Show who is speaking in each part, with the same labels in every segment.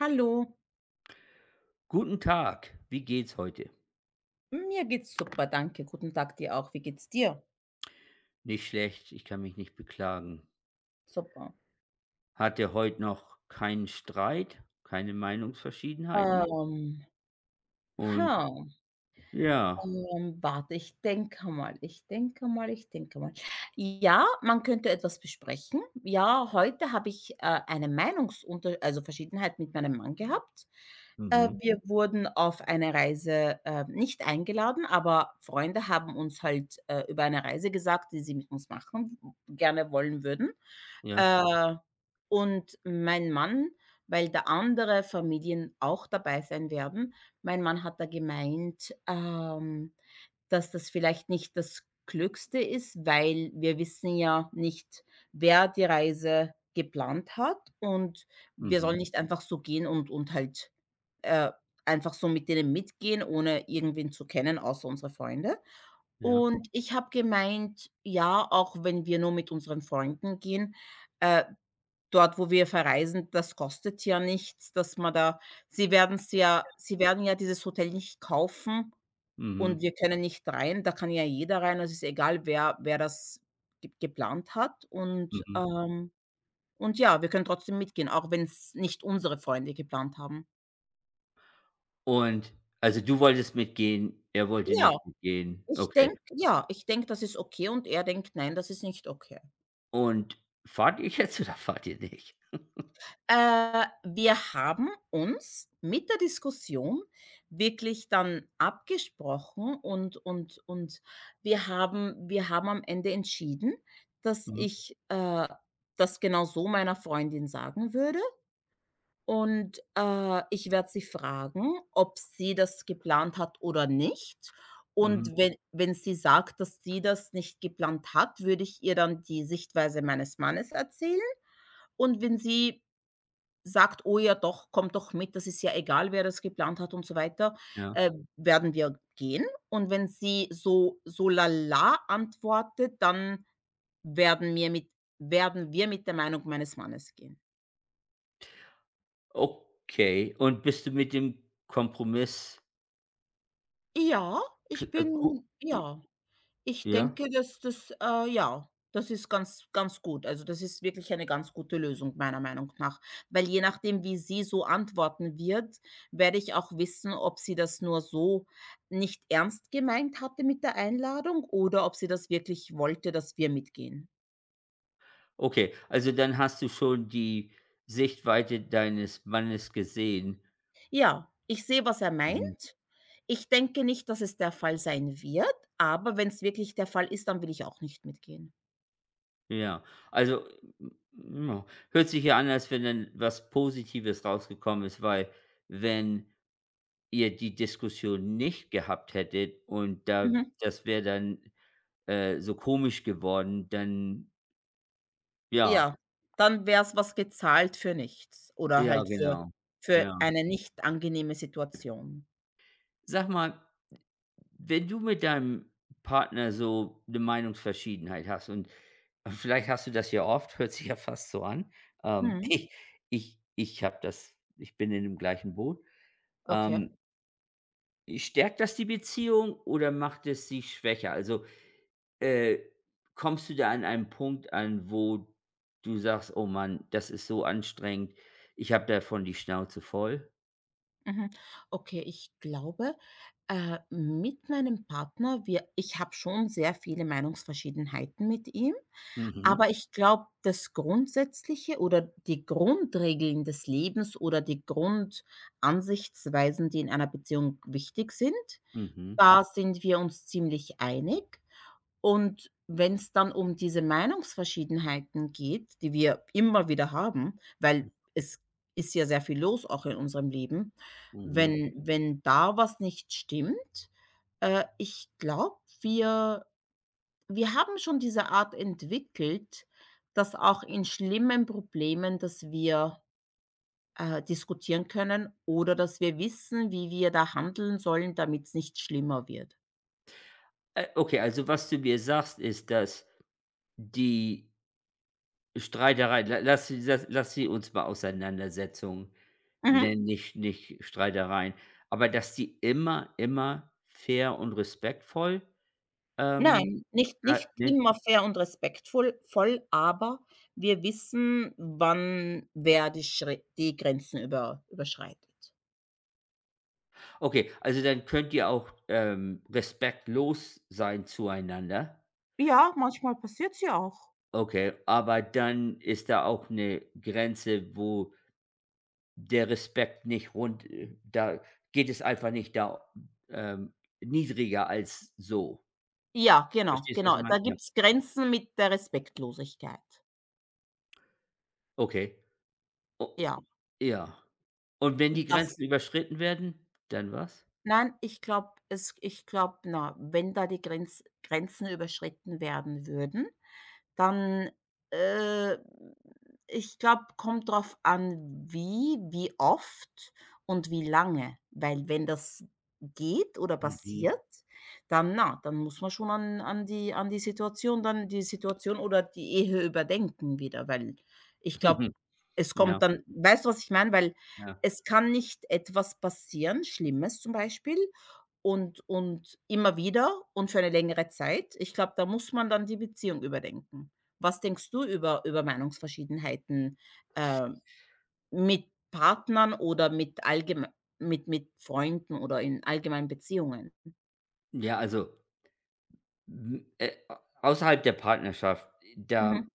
Speaker 1: Hallo,
Speaker 2: Guten Tag, wie geht's heute?
Speaker 1: mir geht's super, danke. Guten Tag dir auch. Wie geht's dir?
Speaker 2: Nicht schlecht, ich kann mich nicht beklagen.
Speaker 1: Super.
Speaker 2: Hatte heute noch keinen Streit, keine Meinungsverschiedenheiten
Speaker 1: Ähm,
Speaker 2: und
Speaker 1: ha,
Speaker 2: ja,
Speaker 1: Warte, ich denke mal, ich denke mal. Ja, man könnte etwas besprechen. Ja, heute habe ich eine Meinungsunter also Verschiedenheit mit meinem Mann gehabt.
Speaker 2: mhm,
Speaker 1: Wir wurden auf eine Reise, nicht eingeladen, aber Freunde haben uns halt, über eine Reise gesagt, die sie mit uns machen gerne wollen würden.
Speaker 2: ja,
Speaker 1: Äh, und mein Mann, weil da andere Familien auch dabei sein werden, mein Mann hat da gemeint, dass das vielleicht nicht das Klügste ist, weil wir wissen ja nicht, wer die Reise geplant hat und wir
Speaker 2: mhm,
Speaker 1: sollen nicht einfach so gehen und halt, äh, einfach so mit denen mitgehen, ohne irgendwen zu kennen, außer unsere Freunde.
Speaker 2: ja,
Speaker 1: Und ich habe gemeint, ja, auch wenn wir nur mit unseren Freunden gehen, äh, dort, wo wir verreisen, das kostet ja nichts, dass man da sie werden ja dieses Hotel nicht kaufen,
Speaker 2: mhm,
Speaker 1: und wir können nicht rein, da kann ja jeder rein. Also, es ist egal, wer das ge geplant hat, und
Speaker 2: mhm.
Speaker 1: und ja, wir können trotzdem mitgehen, auch wenn es nicht unsere Freunde geplant haben.
Speaker 2: Und also du wolltest mitgehen, er wollte
Speaker 1: Ja,
Speaker 2: nicht mitgehen. Okay.
Speaker 1: ja, ich denke, das ist okay und er denkt: „Nein, das ist nicht okay."
Speaker 2: Und fahrt ihr jetzt oder fahrt ihr nicht?
Speaker 1: Wir haben uns mit der Diskussion wirklich dann abgesprochen und wir haben am Ende entschieden, dass
Speaker 2: Mhm,
Speaker 1: ich, das genau so meiner Freundin sagen würde, und, ich werde sie fragen, ob sie das geplant hat oder nicht.
Speaker 2: mhm,
Speaker 1: Und wenn sie sagt, dass sie das nicht geplant hat, würde ich ihr dann die Sichtweise meines Mannes erzählen. Und wenn sie sagt: „Oh ja, doch, kommt doch mit, das ist ja egal, wer das geplant hat" und so weiter,
Speaker 2: ja.
Speaker 1: äh, werden wir gehen. Und wenn sie so lala antwortet, dann werden wir mit werden wir mit der Meinung meines Mannes gehen.
Speaker 2: Okay. Und bist du mit dem Kompromiss
Speaker 1: Ja, ich
Speaker 2: kl- äh, gu-
Speaker 1: bin ja. Ich
Speaker 2: ja?
Speaker 1: denke, dass das ja, das ist ganz ganz gut. Also, das ist wirklich eine ganz gute Lösung meiner Meinung nach, weil je nachdem, wie sie so antworten wird, werde ich auch wissen, ob sie das nur so nicht ernst gemeint hatte mit der Einladung oder ob sie das wirklich wollte, dass wir mitgehen.
Speaker 2: Okay, also dann hast du schon die Sichtweite deines Mannes gesehen.
Speaker 1: Ja, ich sehe, was er
Speaker 2: Mhm.
Speaker 1: meint. Ich denke nicht, dass es der Fall sein wird, aber wenn es wirklich der Fall ist, dann will ich auch nicht mitgehen.
Speaker 2: Ja, also m ja, hört sich ja an, als wenn dann was Positives rausgekommen ist, weil wenn ihr die Diskussion nicht gehabt hättet und da
Speaker 1: Mhm.
Speaker 2: das wäre dann, so komisch geworden, dann ja,
Speaker 1: Ja, dann wäre es was gezahlt für nichts oder
Speaker 2: ja,
Speaker 1: halt
Speaker 2: genau. Ja.
Speaker 1: für eine nicht angenehme Situation.
Speaker 2: Sag mal, wenn du mit deinem Partner so eine Meinungsverschiedenheit hast, und vielleicht hast du das ja oft, hört sich ja fast so an.
Speaker 1: Mhm,
Speaker 2: Ich ich ich habe das ich bin in dem gleichen Boot.
Speaker 1: okay.
Speaker 2: Ähm, Stärkt das die Beziehung oder macht es sie schwächer? Also, äh, kommst du da an einem Punkt an, wo du sagst: „Oh Mann, das ist so anstrengend. Ich habe davon die Schnauze voll?"
Speaker 1: Mhm. Okay, ich glaube, mit meinem Partner wir ich habe schon sehr viele Meinungsverschiedenheiten mit ihm,
Speaker 2: Mhm,
Speaker 1: aber ich glaube, das Grundsätzliche oder die Grundregeln des Lebens oder die Grundansichtsweisen, die in einer Beziehung wichtig sind,
Speaker 2: mhm,
Speaker 1: da sind wir uns ziemlich einig. Und wenn es dann um diese Meinungsverschiedenheiten geht, die wir immer wieder haben, weil es ist ja sehr viel los auch in unserem Leben,
Speaker 2: mhm.
Speaker 1: wenn da was nicht stimmt, ich glaube, wir haben schon diese Art entwickelt, dass auch in schlimmen Problemen, dass wir, diskutieren können oder dass wir wissen, wie wir da handeln sollen, damit es nicht schlimmer wird.
Speaker 2: Okay, also was du mir sagst, ist, dass die Streiterei, la lass sie lass lass sie uns mal Auseinandersetzungen
Speaker 1: Mhm.
Speaker 2: nennen, nicht Streitereien. Aber dass die immer, immer fair und respektvoll, ähm,
Speaker 1: Nein,
Speaker 2: ja,
Speaker 1: nicht
Speaker 2: ne?
Speaker 1: immer fair und respektvoll voll, aber wir wissen, wann wer die Grenzen überschreitet.
Speaker 2: Okay, also dann könnt ihr auch, respektlos sein zueinander.
Speaker 1: Ja, manchmal passiert ja auch.
Speaker 2: Okay, aber dann ist da auch eine Grenze, wo der Respekt nicht rund da geht es einfach nicht, da ähm, niedriger als so.
Speaker 1: Ja, genau,
Speaker 2: Verstehst du, was ich
Speaker 1: genau.
Speaker 2: meine?
Speaker 1: Da
Speaker 2: Ja.
Speaker 1: gibt's Grenzen mit der Respektlosigkeit.
Speaker 2: Okay. O
Speaker 1: Ja,
Speaker 2: Ja. Und wenn die
Speaker 1: das
Speaker 2: Grenzen überschritten werden, dann was?
Speaker 1: nein, ich glaube, na, wenn da die Grenz Grenzen überschritten werden würden, dann, äh, ich glaube, kommt drauf an, wie oft und wie lange. Weil wenn das geht oder
Speaker 2: Mhm.
Speaker 1: passiert, dann na, dann muss man schon an die Situation, dann die Situation oder die Ehe überdenken wieder, weil ich glaube, es
Speaker 2: Ja,
Speaker 1: kommt dann weißt du, was ich meine? Weil
Speaker 2: ja.
Speaker 1: es kann nicht etwas passieren, Schlimmes zum Beispiel, und immer wieder und für eine längere Zeit. Ich glaube, da muss man dann die Beziehung überdenken. Was denkst du über Meinungsverschiedenheiten, äh, mit Partnern oder mit allgeme mit Freunden oder in allgemeinen Beziehungen?
Speaker 2: Ja, also, hm, a außerhalb der Partnerschaft, da
Speaker 1: Mhm,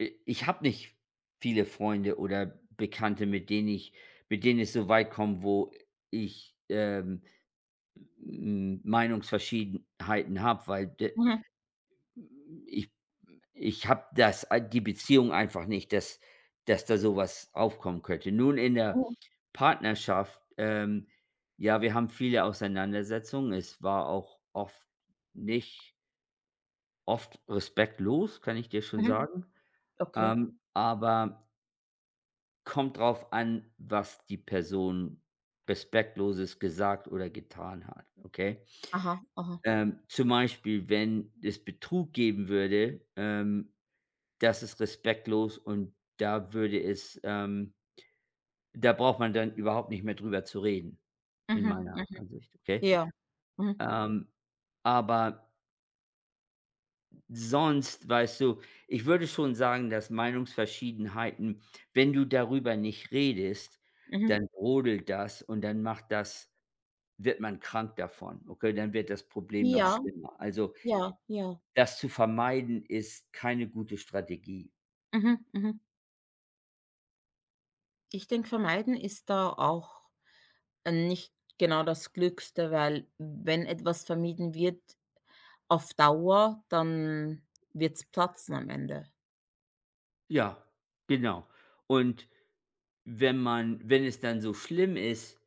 Speaker 2: i ich habe nicht viele Freunde oder Bekannte, mit denen es so weit kommt, wo ich, Meinungsverschiedenheiten habe, weil de
Speaker 1: mhm,
Speaker 2: ich Ich habe das die Beziehung einfach nicht, dass da sowas aufkommen könnte. Nun in der
Speaker 1: mhm,
Speaker 2: Partnerschaft, ja, wir haben viele Auseinandersetzungen. Es war auch oft nicht oft respektlos, kann ich dir schon
Speaker 1: mhm.
Speaker 2: sagen.
Speaker 1: Okay.
Speaker 2: Aber kommt drauf an, was die Person Respektloses gesagt oder getan hat, okay?
Speaker 1: Aha, aha.
Speaker 2: Zum Beispiel, wenn es Betrug geben würde, das ist respektlos und da würde es da braucht man dann überhaupt nicht mehr drüber zu reden, in
Speaker 1: Mhm,
Speaker 2: meiner
Speaker 1: mhm.
Speaker 2: Ansicht, okay?
Speaker 1: Ja. Mhm,
Speaker 2: Ähm, aber sonst, weißt du, ich würde schon sagen, dass Meinungsverschiedenheiten, wenn du darüber nicht redest, dann
Speaker 1: mhm.
Speaker 2: brodelt das und dann macht das wird man krank davon, okay? Dann wird das Problem noch
Speaker 1: Ja,
Speaker 2: schlimmer. Also,
Speaker 1: ja, ja.
Speaker 2: das zu vermeiden, ist keine gute Strategie.
Speaker 1: Mhm, mhm. Ich denke, vermeiden ist da auch, nicht genau das Glückste, weil wenn etwas vermieden wird auf Dauer, dann wird's platzen am Ende.
Speaker 2: Ja, genau. Und wenn man wenn es dann so schlimm ist,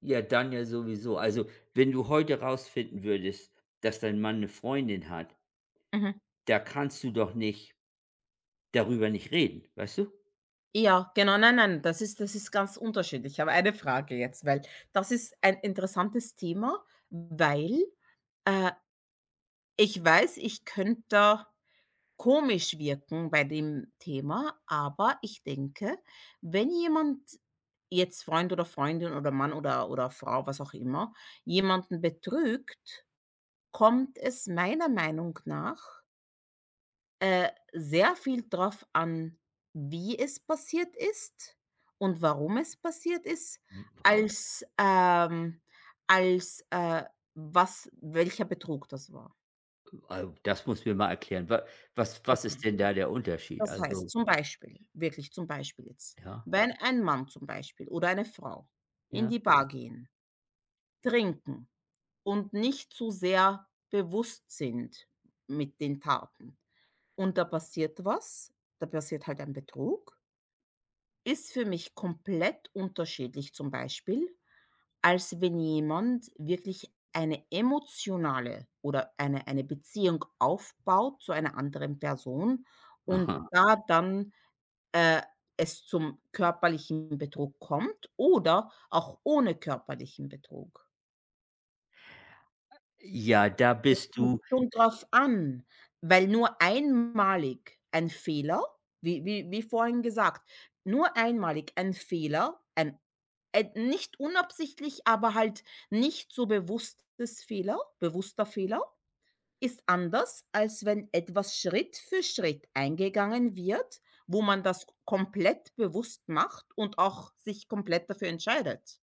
Speaker 2: ja, dann ja sowieso. Also, wenn du heute rausfinden würdest, dass dein Mann eine Freundin hat,
Speaker 1: Mhm.
Speaker 2: da kannst du doch nicht darüber nicht reden, weißt du?
Speaker 1: Ja, genau, nein, nein, das ist ganz unterschiedlich. Aber eine Frage jetzt, weil das ist ein interessantes Thema, weil, äh, ich weiß, ich könnte komisch wirken bei dem Thema, aber ich denke, wenn jemand jetzt Freund oder Freundin oder Mann oder Frau, was auch immer, jemanden betrügt, kommt es meiner Meinung nach sehr viel drauf an, wie es passiert ist und warum es passiert ist,
Speaker 2: Mhm.
Speaker 1: als, als, was welcher Betrug das war.
Speaker 2: Also, das musst du mir mal erklären. Wa was was
Speaker 1: Okay.
Speaker 2: ist denn da der Unterschied?
Speaker 1: Das heißt,
Speaker 2: Also,
Speaker 1: zum Beispiel, wirklich zum Beispiel jetzt,
Speaker 2: ja,
Speaker 1: wenn ein Mann zum Beispiel oder eine Frau in die
Speaker 2: ja.
Speaker 1: Bar gehen, trinken und nicht zu sehr bewusst sind mit den Taten und da passiert was, da passiert halt ein Betrug. Ist für mich komplett unterschiedlich zum Beispiel, als wenn jemand wirklich eine emotionale oder eine Beziehung aufbaut zu einer anderen Person und
Speaker 2: Aha.
Speaker 1: da dann, äh, es zum körperlichen Betrug kommt oder auch ohne körperlichen Betrug.
Speaker 2: Ja, da
Speaker 1: Es
Speaker 2: bist
Speaker 1: kommt
Speaker 2: du,
Speaker 1: schon drauf an, weil nur einmalig ein Fehler, wie vorhin gesagt, nur einmalig ein Fehler, ein nicht unabsichtlich, aber halt nicht so bewusstes Fehler bewusster Fehler ist anders, als wenn etwas Schritt für Schritt eingegangen wird, wo man das komplett bewusst macht und auch sich komplett dafür entscheidet.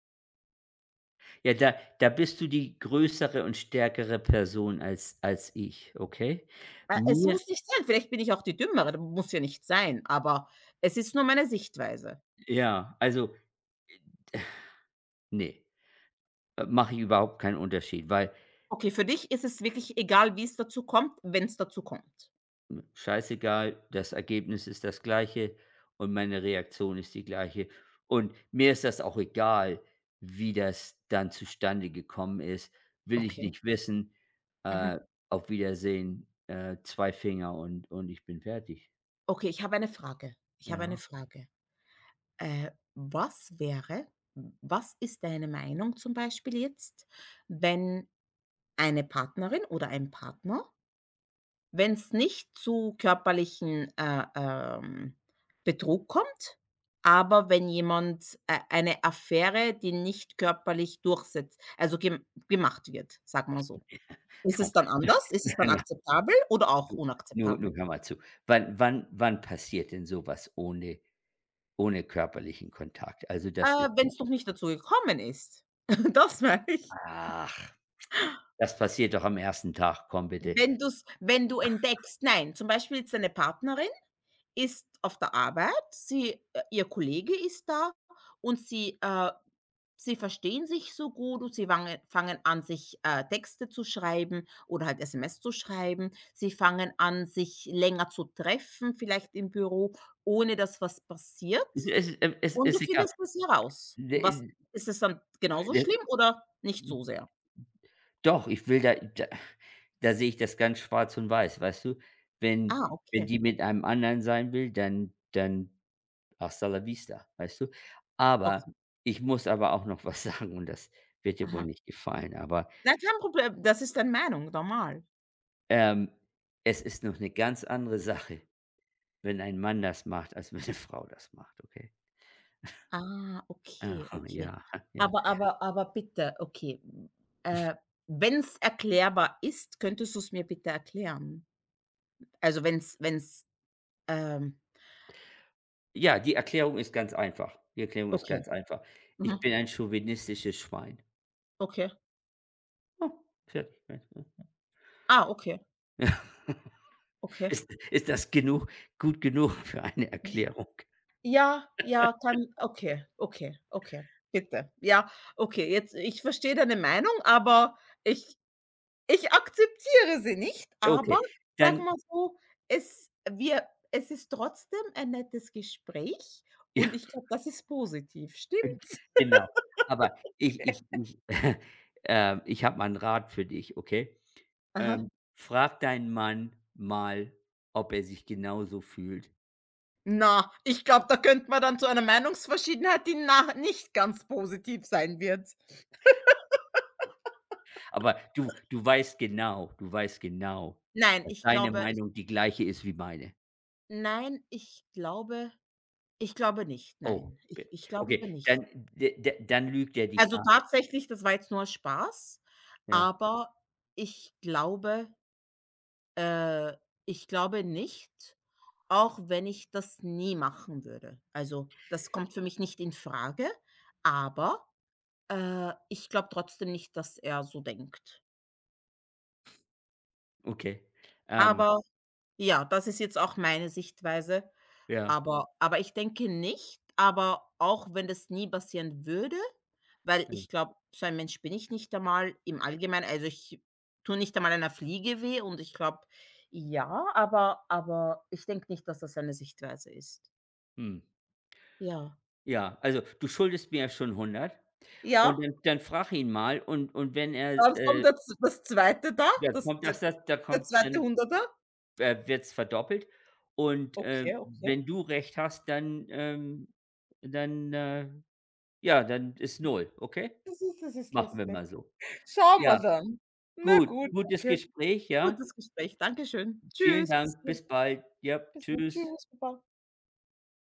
Speaker 2: ja, da bist du die größere und stärkere Person als ich, okay?
Speaker 1: Es
Speaker 2: Mir
Speaker 1: muss nicht sein, vielleicht bin ich auch die Dümmere, muss ja nicht sein, aber es ist nur meine Sichtweise.
Speaker 2: Ja, also, nee, mache ich überhaupt keinen Unterschied, weil
Speaker 1: Okay, für dich ist es wirklich egal, wie es dazu kommt, wenn es dazu kommt.
Speaker 2: Scheißegal, das Ergebnis ist das gleiche und meine Reaktion ist die gleiche. Und mir ist das auch egal, wie das dann zustande gekommen ist. Will ich
Speaker 1: Okay.
Speaker 2: nicht wissen.
Speaker 1: Mhm.
Speaker 2: Äh, auf Wiedersehen, 2 Finger und ich bin fertig.
Speaker 1: Okay, ich habe eine Frage. Ich habe eine
Speaker 2: Ja.
Speaker 1: Frage. Äh, was wäre Was ist deine Meinung zum Beispiel jetzt, wenn eine Partnerin oder ein Partner, wenn es nicht zu körperlichen, Betrug kommt, aber wenn jemand, eine Affäre, die nicht körperlich durchsetzt also gemacht wird, sagen wir so. Ist
Speaker 2: Komm.
Speaker 1: es dann anders? Ist es dann
Speaker 2: Nein, nein,
Speaker 1: akzeptabel oder auch
Speaker 2: du, nur
Speaker 1: unakzeptabel?
Speaker 2: nur hör mal zu. Wann passiert denn sowas ohne körperlichen Kontakt? Also, das ist
Speaker 1: Wenn
Speaker 2: ja
Speaker 1: es noch nicht dazu gekommen ist. Das meine ich.
Speaker 2: ach, das passiert doch am ersten Tag, komm bitte.
Speaker 1: Wenn du entdeckst, nein, zum Beispiel jetzt deine Partnerin ist auf der Arbeit, sie ihr Kollege ist da und sie verstehen sich so gut und sie wange fangen an, sich, Texte zu schreiben oder halt SMS zu schreiben. Sie fangen an, sich länger zu treffen, vielleicht im Büro, ohne dass was passiert,
Speaker 2: Es
Speaker 1: und du
Speaker 2: ist egal.
Speaker 1: findest das heraus. Was
Speaker 2: De
Speaker 1: ist es dann, genauso
Speaker 2: äh,
Speaker 1: schlimm oder nicht so sehr?
Speaker 2: Doch, ich will da da da sehe ich das ganz schwarz und weiß, weißt du? Wenn
Speaker 1: Ah,
Speaker 2: wenn
Speaker 1: okay.
Speaker 2: die mit einem anderen sein will, dann hasta la vista, weißt du? Aber
Speaker 1: Okay.
Speaker 2: ich muss aber auch noch was sagen, und das wird dir wohl
Speaker 1: Aha.
Speaker 2: nicht gefallen, aber,
Speaker 1: Nein, kein Problem. Das ist dann Meinung, normal.
Speaker 2: ähm, es ist noch 'ne ganz andere Sache, wenn ein Mann das macht, als wenn 'ne Frau das macht, okay?
Speaker 1: Ah, okay,
Speaker 2: Aha,
Speaker 1: okay.
Speaker 2: ja, ja.
Speaker 1: Aber bitte, okay, äh, wenn's erklärbar ist, könntest du es mir bitte erklären? Also, wenn wenn's wenn's, ähm
Speaker 2: Ja, die Erklärung ist ganz einfach. Die Erklärung ist
Speaker 1: okay,
Speaker 2: ganz einfach.
Speaker 1: mhm,
Speaker 2: Ich bin ein chauvinistisches Schwein.
Speaker 1: okay.
Speaker 2: Oh, fertig.
Speaker 1: Ah, okay,
Speaker 2: Ja.
Speaker 1: okay.
Speaker 2: Ist das genug gut genug für eine Erklärung?
Speaker 1: Ja, ja, kann okay, okay, okay, bitte. Ja, okay, jetzt ich verstehe deine Meinung, aber ich Ich akzeptiere sie nicht, aber
Speaker 2: Okay,
Speaker 1: sag
Speaker 2: dann
Speaker 1: mal so, es ist trotzdem ein nettes Gespräch
Speaker 2: ja,
Speaker 1: und ich glaube, das ist positiv, stimmt's?
Speaker 2: genau. Aber ich ich ich ich habe mal 'n Rat für dich, okay?
Speaker 1: Aha.
Speaker 2: Ähm, Frag deinen Mann mal, ob er sich genauso fühlt.
Speaker 1: Na, ich glaube, da könnte man dann zu einer Meinungsverschiedenheit, die nach nicht ganz positiv sein wird.
Speaker 2: Aber du weißt genau,
Speaker 1: Nein,
Speaker 2: dass
Speaker 1: ich
Speaker 2: deine
Speaker 1: glaube ich
Speaker 2: Meinung die gleiche ist wie meine.
Speaker 1: nein, ich glaube nicht,
Speaker 2: Oh,
Speaker 1: nein.
Speaker 2: be
Speaker 1: Ich
Speaker 2: Okay,
Speaker 1: glaube
Speaker 2: dann
Speaker 1: nicht.
Speaker 2: d d dann lügt er dich
Speaker 1: Also,
Speaker 2: an.
Speaker 1: tatsächlich, das war jetzt nur Spaß,
Speaker 2: Ja,
Speaker 1: aber ich glaube Äh, ich glaube nicht, auch wenn ich das nie machen würde. Also, das kommt für mich nicht in Frage. Aber, ich glaube trotzdem nicht, dass er so denkt.
Speaker 2: okay. Ähm,
Speaker 1: Aber ja, das ist jetzt auch meine Sichtweise.
Speaker 2: ja,
Speaker 1: Aber ich denke nicht, aber auch wenn das nie passieren würde, weil
Speaker 2: ja,
Speaker 1: ich glaube, so ein Mensch bin ich nicht einmal im Allgemeinen. Also, ich tue nicht einmal einer Fliege weh und ich glaube ja, aber ich denke nicht, dass das eine Sichtweise ist.
Speaker 2: mhm.
Speaker 1: Ja.
Speaker 2: Ja, also, du schuldest mir ja schon 100, und
Speaker 1: Ja,
Speaker 2: dann frag ihn mal, und wenn er,
Speaker 1: dann kommt das zweite da,
Speaker 2: ja,
Speaker 1: das
Speaker 2: kommt
Speaker 1: der
Speaker 2: das das da
Speaker 1: der
Speaker 2: kommt
Speaker 1: 2.
Speaker 2: dann,
Speaker 1: 100.
Speaker 2: wird's verdoppelt, und,
Speaker 1: Okay, okay.
Speaker 2: wenn du recht hast, dann, äh ja, dann ist null, okay?
Speaker 1: Das ist
Speaker 2: Machen wir
Speaker 1: lustig.
Speaker 2: mal so.
Speaker 1: Schauen wir
Speaker 2: Ja,
Speaker 1: dann. Na
Speaker 2: gut,
Speaker 1: gut,
Speaker 2: gutes
Speaker 1: okay.
Speaker 2: Gespräch, ja.
Speaker 1: Gutes Gespräch. Dankeschön.
Speaker 2: Vielen
Speaker 1: Tschüss, bis
Speaker 2: Dank,
Speaker 1: dann.
Speaker 2: bis bald. Ja,
Speaker 1: Bis dann.
Speaker 2: tschüss.
Speaker 1: Tschüss, baba.